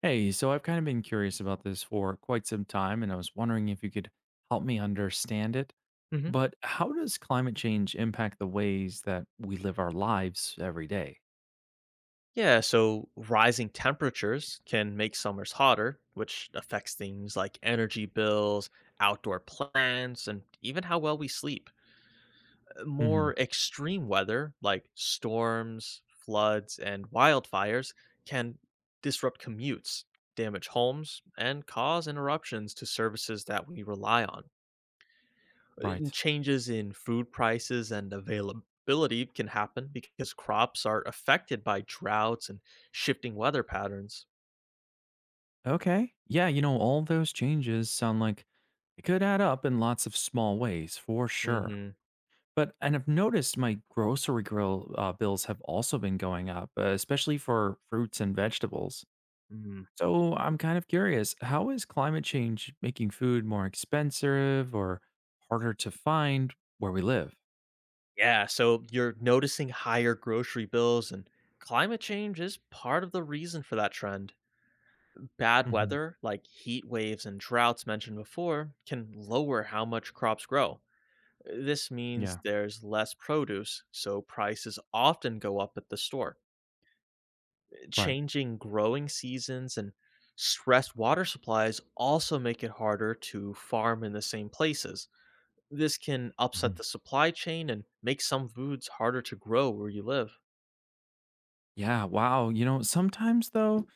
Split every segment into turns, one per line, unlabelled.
Hey, so I've kind of been curious about this for quite some time, and I was wondering if you could help me understand it.
Hmm.
But how does climate change impact the ways that we live our lives every day?
Yeah, so rising temperatures can make summers hotter, which affects things like energy bills, outdoor plants, and even how well we sleep. Uh,
Mm-hmm.
More extreme weather, like storms, floods, and wildfires, can disrupt commutes, damage homes, and cause interruptions to services that we rely on. And
Right.
changes in food prices and availability can happen because crops are affected by droughts and shifting weather patterns.
Okay. Yeah, all those changes sound like it could add up in lots of small ways for sure.
Hmm.
But, and I've noticed my grocery grill bills have also been going up, especially for fruits and vegetables.
Hmm.
So I'm kind of curious, how is climate change making food more expensive or harder to find where we live?
Yeah, so you're noticing higher grocery bills, and climate change is part of the reason for that trend. Bad
hmm
weather, like heat waves and droughts mentioned before, can lower how much crops grow. This means
Yeah,
there's less produce, so prices often go up at the store.
right.
Changing growing seasons and stressed water supplies also make it harder to farm in the same places. This can upset
hmm
the supply chain and make some foods harder to grow where you live.
Yeah, wow. Sometimes though,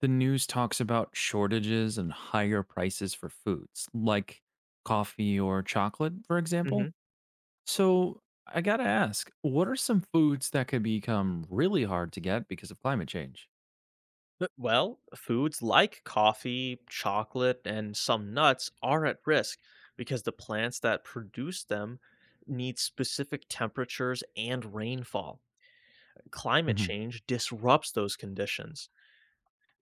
the news talks about shortages and higher prices for foods like coffee or chocolate, for
Hmm.
example. So I got to ask, what are some foods that could become really hard to get because of climate change?
Well, foods like coffee, chocolate, and some nuts are at risk because the plants that produce them need specific temperatures and rainfall. Climate
hmm
change disrupts those conditions.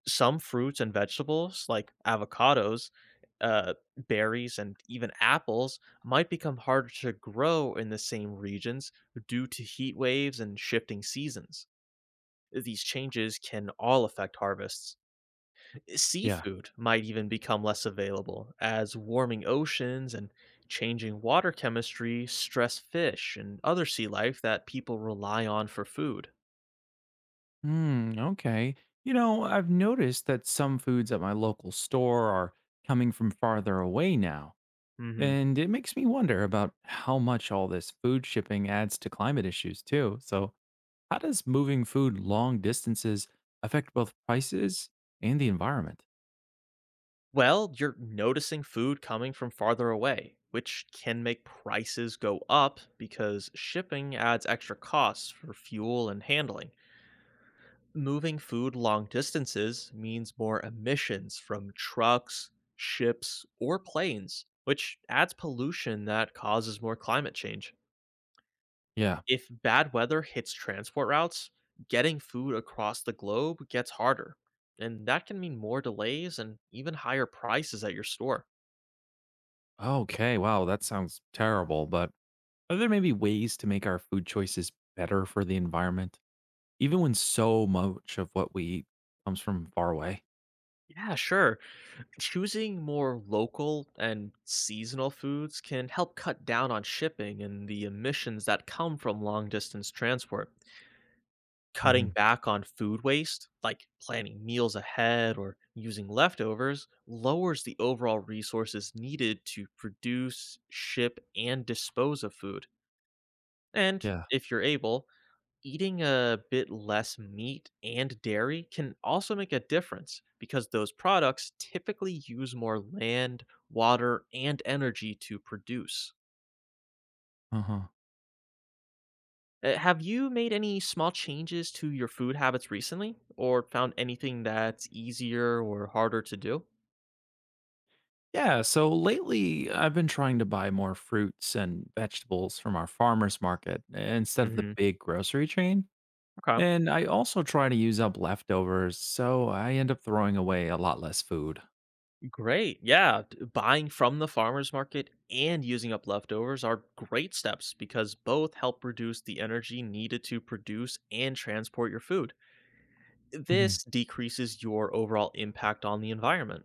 Some fruits and vegetables like avocados, uh, berries, and even apples might become harder to grow in the same regions due to heat waves and shifting seasons. These changes can all affect harvests.
Yeah.
Seafood might even become less available as warming oceans and changing water chemistry stress fish and other sea life that people rely on for food.
Hmm, okay. I've noticed that some foods at my local store are coming from farther away now,
Mhm.
and it makes me wonder about how much all this food shipping adds to climate issues, too. So, how does moving food long distances affect both prices and the environment?
Well, you're noticing food coming from farther away, which can make prices go up because shipping adds extra costs for fuel and handling. Moving food long distances means more emissions from trucks, ships, or planes, which adds pollution that causes more climate change.
Yeah.
If bad weather hits transport routes, getting food across the globe gets harder, and that can mean more delays and even higher prices at your store.
Okay. Wow, that sounds terrible, but are there maybe ways to make our food choices better for the environment, even when so much of what we eat comes from far away?
Yeah, sure. Choosing more local and seasonal foods can help cut down on shipping and the emissions that come from long distance transport. Cutting
hmm
back on food waste, like planning meals ahead or using leftovers, lowers the overall resources needed to produce, ship, and dispose of food. And
Yeah.
if you're able, eating a bit less meat and dairy can also make a difference because those products typically use more land, water, and energy to produce.
Uh-huh.
Have you made any small changes to your food habits recently or found anything that's easier or harder to do?
Yeah, so lately I've been trying to buy more fruits and vegetables from our farmers market instead of the
Hmm.
big grocery chain.
Okay.
And I also try to use up leftovers, so I end up throwing away a lot less food.
Great. Yeah. Buying from the farmer's market and using up leftovers are great steps because both help reduce the energy needed to produce and transport your food.
hmm
This decreases your overall impact on the environment.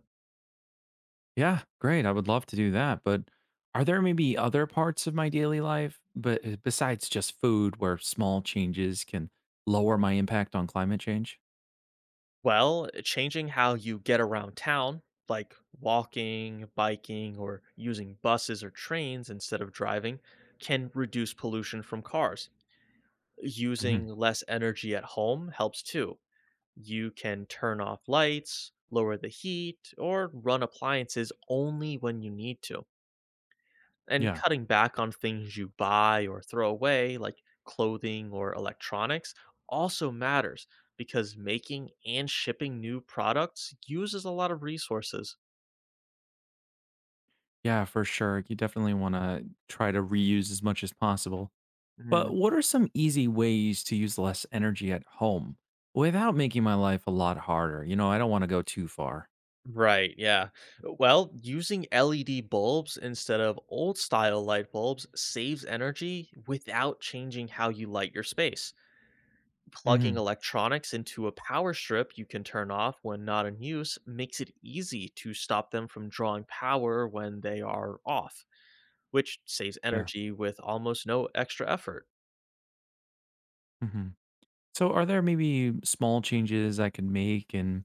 Yeah, great. I would love to do that, but are there maybe other parts of my daily life, but besides just food, where small changes can lower my impact on climate change?
Well, changing how you get around town, like walking, biking, or using buses or trains instead of driving, can reduce pollution from cars.
hmm
Using less energy at home helps too. You can turn off lights, lower the heat, or run appliances only when you need to. And
Yeah,
cutting back on things you buy or throw away, like clothing or electronics, also matters because making and shipping new products uses a lot of resources.
yeah, for sure. You definitely want to try to reuse as much as possible.
Mhm.
But what are some easy ways to use less energy at home without making my life a lot harder? I don't want to go too far.
Right, yeah. Well, using LED bulbs instead of old style light bulbs saves energy without changing how you light your space. Plugging
hmm
electronics into a power strip you can turn off when not in use makes it easy to stop them from drawing power when they are off, which saves
Yeah.
energy with almost no extra effort.
hmm So, are there maybe small changes I could make in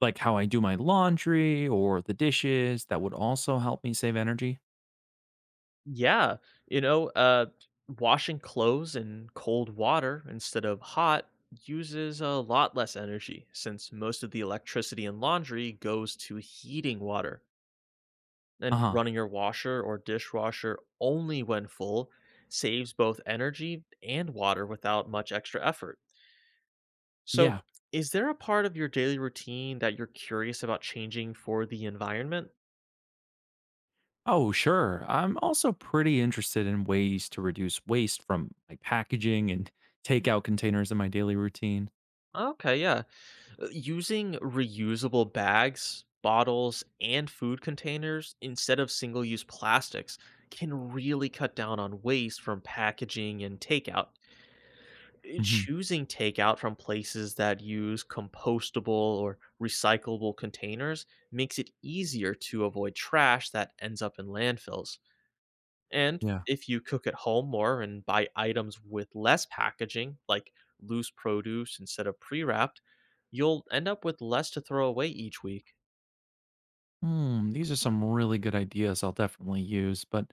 like how I do my laundry or the dishes that would also help me save energy?
Yeah, you know, washing clothes in cold water instead of hot uses a lot less energy since most of the electricity in laundry goes to heating water.
Uh
And
huh.
running your washer or dishwasher only when full saves both energy and water without much extra effort. So,
Yeah.
is there a part of your daily routine that you're curious about changing for the environment?
Oh, sure. I'm also pretty interested in ways to reduce waste from like packaging and takeout containers in my daily routine.
Okay, yeah. Using reusable bags, bottles, and food containers instead of single use plastics can really cut down on waste from packaging and takeout.
hmm
Choosing takeout from places that use compostable or recyclable containers makes it easier to avoid trash that ends up in landfills. And
Yeah.
if you cook at home more and buy items with less packaging, like loose produce instead of pre wrapped, you'll end up with less to throw away each week.
Hmm, these are some really good ideas I'll definitely use, but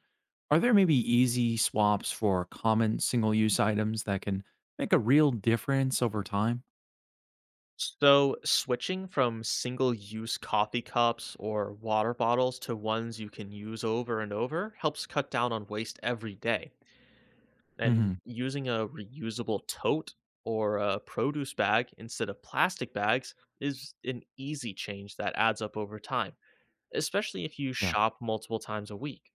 are there maybe easy swaps for common single-use items that can make a real difference over time?
So, switching from single use coffee cups or water bottles to ones you can use over and over helps cut down on waste every day.
hmm
And using a reusable tote or a produce bag instead of plastic bags is an easy change that adds up over time, especially if you
Yeah.
shop multiple times a week.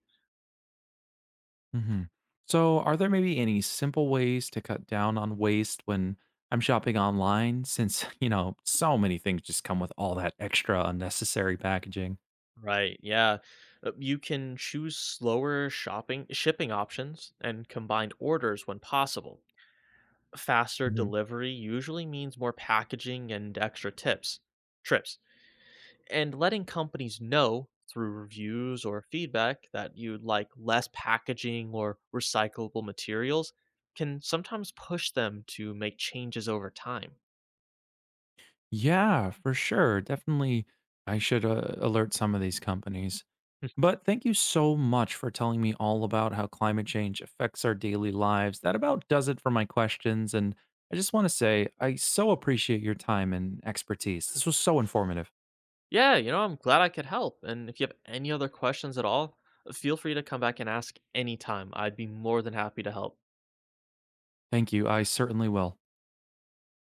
hmm So are there maybe any simple ways to cut down on waste when I'm shopping online since, so many things just come with all that extra unnecessary packaging?
Right. Yeah. You can choose slower shopping shipping options and combined orders when possible. Faster
Mm-hmm.
delivery usually means more packaging and extra tips. Trips. And letting companies know through reviews or feedback that you'd like less packaging or recyclable materials can sometimes push them to make changes over time.
Yeah, for sure. Definitely, I should alert some of these companies. But thank you so much for telling me all about how climate change affects our daily lives. That about does it for my questions. And I just want to say, I so appreciate your time and expertise. This was so informative.
Yeah, you know, I'm glad I could help. And if you have any other questions at all, feel free to come back and ask anytime. I'd be more than happy to help.
Thank you. I certainly will.